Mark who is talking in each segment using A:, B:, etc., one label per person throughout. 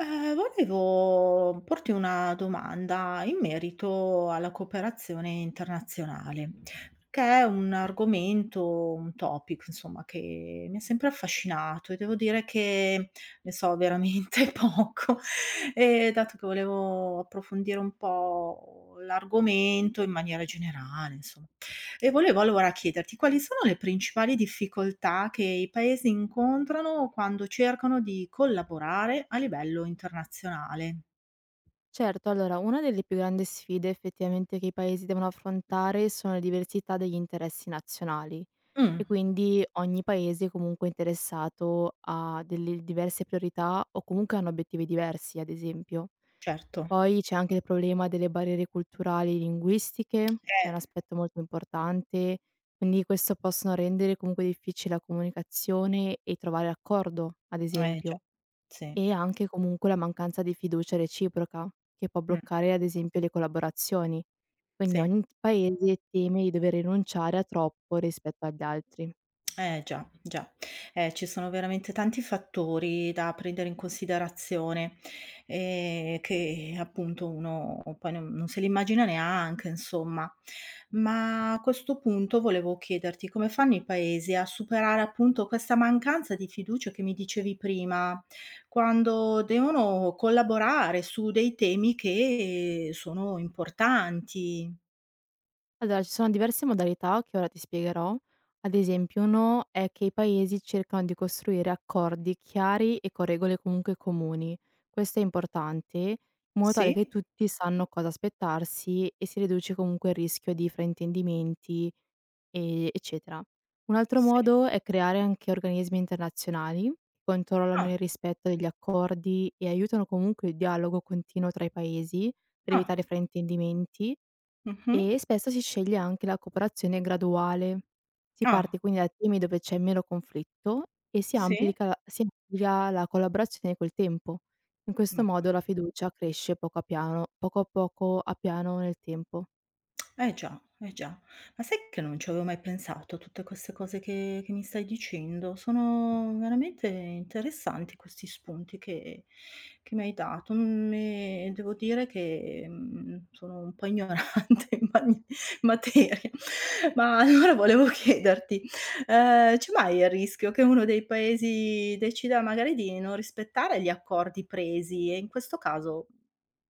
A: Volevo porti una domanda in merito alla cooperazione internazionale, che è un argomento, un topic insomma che mi ha sempre affascinato e devo dire che ne so veramente poco. E dato che volevo approfondire un po' l'argomento in maniera generale, insomma. E volevo allora chiederti quali sono le principali difficoltà che i paesi incontrano quando cercano di collaborare a livello internazionale?
B: Certo, allora una delle più grandi sfide effettivamente che i paesi devono affrontare sono le diversità degli interessi nazionali,
A: Mh,
B: e quindi ogni paese è comunque interessato a delle diverse priorità o comunque hanno obiettivi diversi, ad esempio.
A: certo.
B: Poi c'è anche il problema delle barriere culturali e linguistiche, che è
A: Eh,
B: un aspetto molto importante, quindi questo possono rendere comunque difficile la comunicazione e trovare accordo, ad
A: eh già,
B: esempio.
A: sì,
B: E anche comunque la mancanza di fiducia reciproca, che può
A: mh,
B: bloccare ad esempio le collaborazioni. Quindi
A: sì.
B: ogni paese teme di dover rinunciare a troppo rispetto agli altri.
A: Eh già, già. Ci sono veramente tanti fattori da prendere in considerazione, che appunto uno poi non se li immagina neanche insomma. Ma a questo punto volevo chiederti come fanno i paesi a superare appunto questa mancanza di fiducia che mi dicevi prima, quando devono collaborare su dei temi che sono importanti?
B: Allora ci sono diverse modalità che ora ti spiegherò. Ad esempio, uno è che i paesi cercano di costruire accordi chiari e con regole comunque comuni. Questo è importante, in modo tale
A: Sì,
B: che tutti sanno cosa aspettarsi e si riduce comunque il rischio di fraintendimenti, eccetera. Un altro
A: sì.
B: modo è creare anche organismi internazionali che
A: Ah,
B: controllano il rispetto degli accordi e aiutano comunque il dialogo continuo tra i paesi per
A: ah,
B: evitare fraintendimenti,
A: mh-mh.
B: e spesso si sceglie anche la cooperazione graduale. Si parte
A: Ah,
B: quindi da temi dove c'è meno conflitto e si
A: sì.
B: amplica la si amplia la collaborazione col tempo. In questo
A: Ma
B: modo la fiducia cresce poco a piano nel tempo.
A: eh già, eh già. Ma sai che non ci avevo mai pensato a tutte queste cose che mi stai dicendo? Sono veramente interessanti questi spunti che mi hai dato, e devo dire che, sono un po' ignorante in mani materia. Ma allora volevo chiederti, c'è mai il rischio che uno dei paesi decida magari di non rispettare gli accordi presi e in questo caso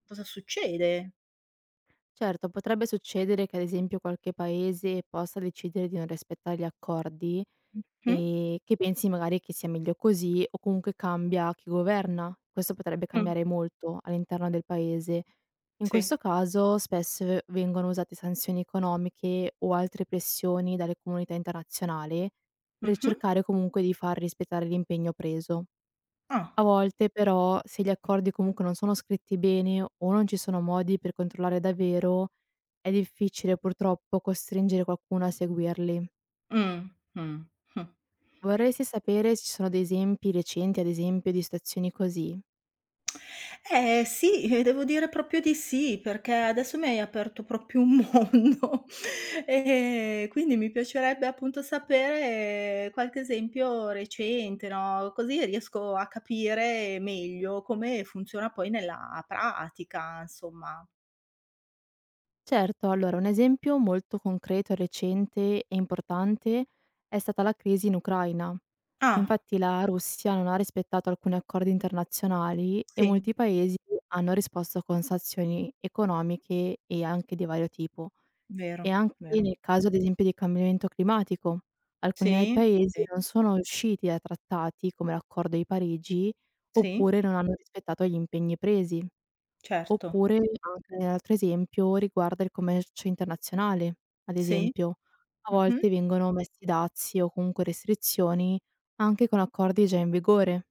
A: cosa succede?
B: Certo, potrebbe succedere che ad esempio qualche paese possa decidere di non rispettare gli accordi
A: Mh-mh.
B: e che pensi magari che sia meglio così, o comunque cambia chi governa. Questo potrebbe
A: Mh.
B: cambiare molto all'interno del paese. In
A: Sì.
B: questo caso spesso vengono usate sanzioni economiche o altre pressioni dalle comunità internazionali per
A: Mh-mh.
B: cercare comunque di far rispettare l'impegno preso.
A: Ah.
B: A volte però, se gli accordi comunque non sono scritti bene o non ci sono modi per controllare davvero, è difficile purtroppo costringere qualcuno a seguirli.
A: Mh, mh, mh.
B: Vorresti sapere se ci sono dei esempi recenti, ad esempio, di situazioni così?
A: Eh sì, devo dire proprio di sì, perché adesso mi hai aperto proprio un mondo, quindi mi piacerebbe appunto sapere qualche esempio recente, no, così riesco a capire meglio come funziona poi nella pratica, insomma.
B: Certo, allora un esempio molto concreto, recente e importante è stata la crisi in Ucraina.
A: Ah,
B: Infatti la Russia non ha rispettato alcuni accordi internazionali e
A: sì,
B: molti paesi hanno risposto con sanzioni economiche e anche di vario tipo.
A: vero,
B: E anche
A: vero.
B: nel caso, ad esempio, di cambiamento climatico. Alcuni a
A: Sì,
B: paesi non sono usciti dai trattati, come l'Accordo di Parigi,
A: sì,
B: oppure non hanno rispettato gli impegni presi.
A: certo.
B: Oppure anche l'altro esempio riguarda il commercio internazionale. Ad
A: Sì,
B: esempio, a
A: mh-mh.
B: volte vengono messi dazi o comunque restrizioni anche con accordi già in vigore.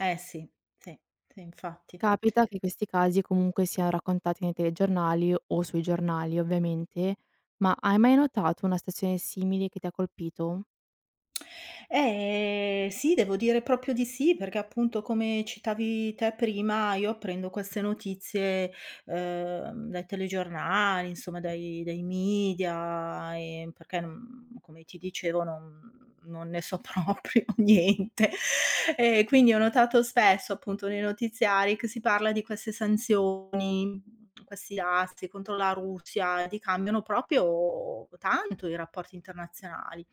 A: Eh sì, sì, sì infatti.
B: Capita che questi casi comunque siano raccontati nei telegiornali o sui giornali, ovviamente, ma hai mai notato una situazione simile che ti ha colpito?
A: Sì, devo dire proprio di sì, perché appunto come citavi te prima, io prendo queste notizie, dai telegiornali, insomma dai media, perché, come ti dicevo non ne so proprio niente. E quindi ho notato spesso appunto nei notiziari che si parla di queste sanzioni, questi dazi contro la Russia, e li cambiano proprio tanto i rapporti internazionali.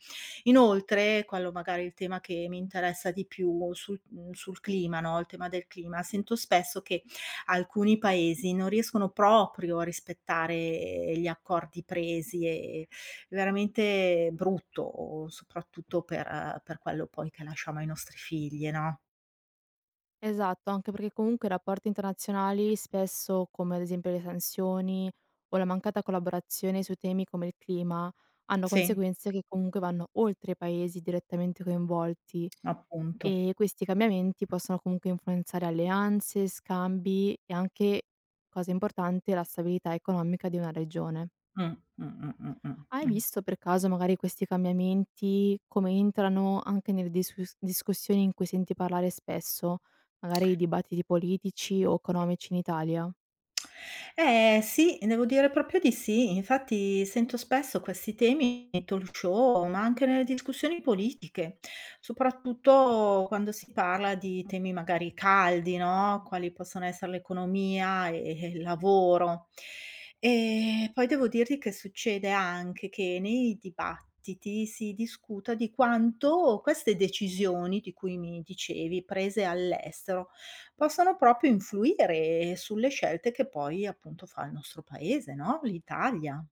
A: Inoltre, quello magari è il tema che mi interessa di più sul sul clima, no, il tema del clima, sento spesso che alcuni paesi non riescono proprio a rispettare gli accordi presi e è veramente brutto, soprattutto per quello poi che lasciamo ai nostri figli, no?
B: Esatto, anche perché comunque i rapporti internazionali spesso, come ad esempio le sanzioni o la mancata collaborazione su temi come il clima, hanno
A: Sì,
B: conseguenze che comunque vanno oltre i paesi direttamente coinvolti,
A: appunto.
B: e questi cambiamenti possono comunque influenzare alleanze, scambi e anche, cosa importante, la stabilità economica di una regione.
A: Mh, mh, mh, mh,
B: Hai
A: mh.
B: visto per caso magari questi cambiamenti come entrano anche nelle discussioni in cui senti parlare spesso, magari i dibattiti politici o economici in Italia?
A: Eh sì, devo dire proprio di sì. Infatti sento spesso questi temi nei talk show, ma anche nelle discussioni politiche, soprattutto quando si parla di temi magari caldi, no? Quali possono essere l'economia e il lavoro. E poi devo dirti che succede anche che nei dibattiti si discuta di quanto queste decisioni di cui mi dicevi, prese all'estero, possono proprio influire sulle scelte che poi appunto fa il nostro paese, no, l'Italia.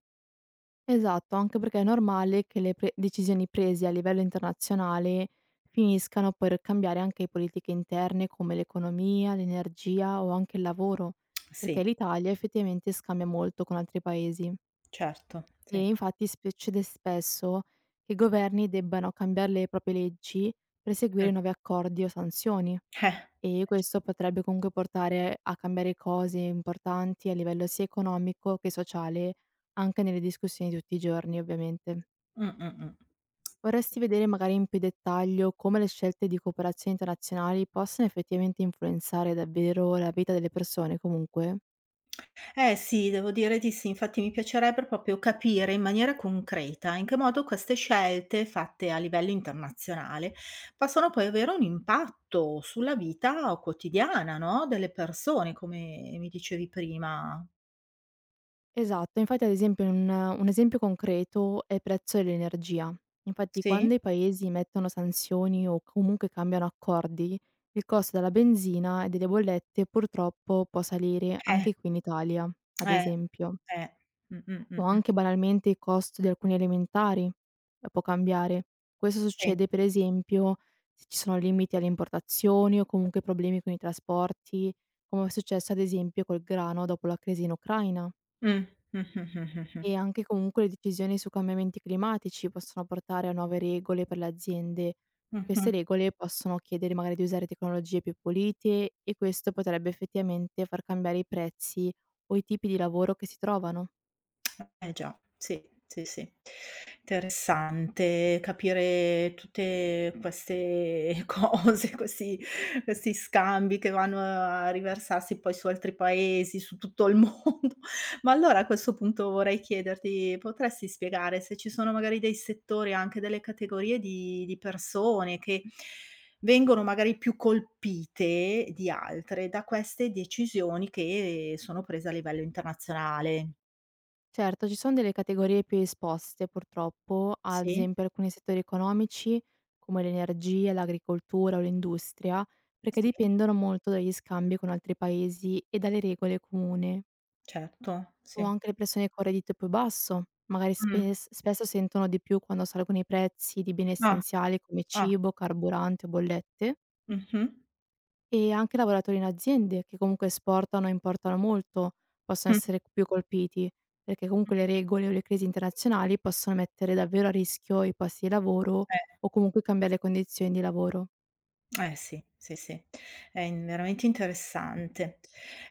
B: Esatto, anche perché è normale che le pre decisioni prese a livello internazionale finiscano per cambiare anche politiche interne come l'economia, l'energia o anche il lavoro,
A: Sì,
B: perché l'Italia effettivamente scambia molto con altri paesi.
A: certo, sì.
B: E infatti spe succede spesso che i governi debbano cambiare le proprie leggi per
A: Mh.
B: seguire nuovi accordi o sanzioni,
A: Eh.
B: e
A: Cioè,
B: questo potrebbe comunque portare a cambiare cose importanti a livello sia economico che sociale, anche nelle discussioni di tutti i giorni, ovviamente.
A: mh, mh.
B: Vorresti vedere magari in più dettaglio come le scelte di cooperazione internazionali possano effettivamente influenzare davvero la vita delle persone comunque?
A: Eh sì, devo dire di sì. Infatti mi piacerebbe proprio capire in maniera concreta in che modo queste scelte fatte a livello internazionale possono poi avere un impatto sulla vita quotidiana, no, delle persone, come mi dicevi prima.
B: Esatto, infatti ad esempio un esempio concreto è il prezzo dell'energia. Infatti
A: Sì?
B: quando i paesi mettono sanzioni o comunque cambiano accordi, il costo della benzina e delle bollette purtroppo può salire
A: Eh.
B: anche qui in Italia, ad
A: Eh,
B: esempio,
A: eh. Mh, mh, mh,
B: o
A: mh.
B: anche banalmente il costo di alcuni alimentari può cambiare. Questo
A: Sì.
B: succede per esempio se ci sono limiti alle importazioni o comunque problemi con i trasporti, come è successo ad esempio col grano dopo la crisi in Ucraina.
A: Mh. Mh, mh, mh, mh, mh.
B: E anche comunque le decisioni su cambiamenti climatici possono portare a nuove regole per le aziende. Queste
A: Mh-mh.
B: regole possono chiedere magari di usare tecnologie più pulite, e questo potrebbe effettivamente far cambiare i prezzi o i tipi di lavoro che si trovano.
A: Eh già, sì, sì, sì. Interessante capire tutte queste cose, questi scambi che vanno a riversarsi poi su altri paesi, su tutto il mondo. Ma allora a questo punto vorrei chiederti, potresti spiegare se ci sono magari dei settori, anche delle categorie di persone che vengono magari più colpite di altre da queste decisioni che sono prese a livello internazionale?
B: Certo, ci sono delle categorie più esposte purtroppo, ad
A: Sì?
B: esempio alcuni settori economici come l'energia, l'agricoltura o l'industria, perché
A: Sì,
B: dipendono molto dagli scambi con altri paesi e dalle regole comuni.
A: certo,
B: O
A: sì.
B: anche le persone con reddito più basso, magari
A: Mh.
B: spesso sentono di più quando salgono i prezzi di beni
A: Ah,
B: essenziali come
A: ah,
B: cibo, carburante o bollette,
A: mh-mh,
B: e anche lavoratori in aziende che comunque esportano e importano molto, possono
A: mh,
B: essere più colpiti, perché comunque
A: mh.
B: le regole o le crisi internazionali possono mettere davvero a rischio i posti di lavoro
A: Eh,
B: o comunque cambiare le condizioni di lavoro.
A: eh sì, sì, sì, è in veramente interessante.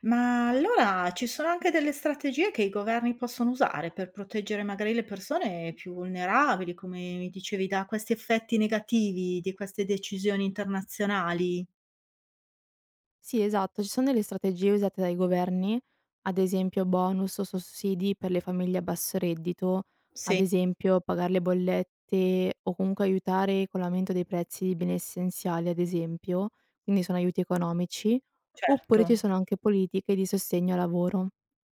A: Ma allora ci sono anche delle strategie che i governi possono usare per proteggere magari le persone più vulnerabili, come mi dicevi, da questi effetti negativi di queste decisioni internazionali?
B: Sì, esatto, ci sono delle strategie usate dai governi, ad esempio bonus o sussidi per le famiglie a basso reddito, ad
A: Sì,
B: esempio pagare le bollette o comunque aiutare con l'aumento dei prezzi di beni essenziali, ad esempio, quindi sono aiuti economici,
A: certo.
B: oppure ci sono anche politiche di sostegno al lavoro.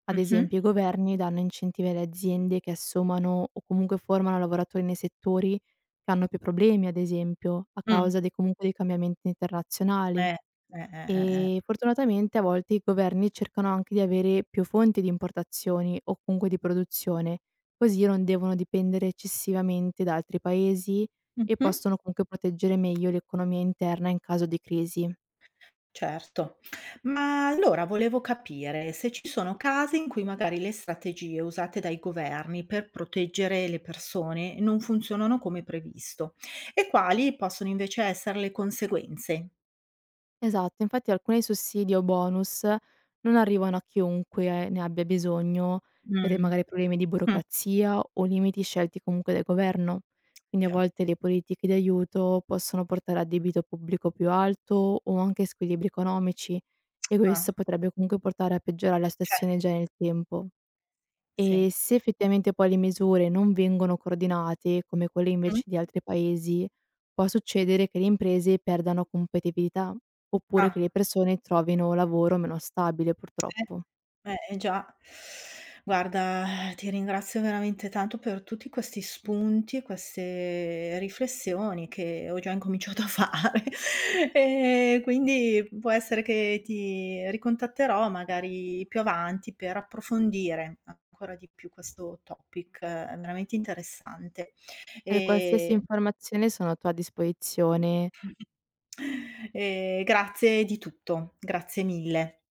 B: Ad
A: Mh-mh.
B: esempio, i governi danno incentivi alle aziende che assumano o comunque formano lavoratori nei settori che hanno più problemi, ad esempio, a
A: Mh.
B: causa dei, comunque dei cambiamenti internazionali.
A: Eh, eh.
B: E fortunatamente a volte i governi cercano anche di avere più fonti di importazioni o comunque di produzione, così non devono dipendere eccessivamente da altri paesi e
A: Mh-mh.
B: possono comunque proteggere meglio l'economia interna in caso di crisi.
A: Certo. Ma allora volevo capire se ci sono casi in cui magari le strategie usate dai governi per proteggere le persone non funzionano come previsto e quali possono invece essere le conseguenze.
B: Esatto, infatti alcuni sussidi o bonus non arrivano a chiunque ne abbia bisogno per dei
A: Mh.
B: magari problemi di
A: Mh.
B: burocrazia o limiti scelti comunque dal governo. Quindi a
A: Già.
B: volte le politiche di aiuto possono portare a debito pubblico più alto o anche squilibri economici, e
A: Ah,
B: questo potrebbe comunque portare a peggiorare la
A: okay.
B: situazione già nel tempo.
A: Sì.
B: E se effettivamente poi le misure non vengono coordinate, come quelle
A: Mh.
B: invece di altri paesi, può succedere che le imprese perdano competitività, oppure che
A: Ah.
B: le persone trovino lavoro meno stabile purtroppo.
A: Eh. Eh già. Guarda, ti ringrazio veramente tanto per tutti questi spunti e queste riflessioni che ho già incominciato a fare. E quindi può essere che ti ricontatterò magari più avanti per approfondire ancora di più questo topic veramente interessante.
B: Per qualsiasi
A: E,
B: informazione sono a tua disposizione
A: grazie di tutto, grazie mille.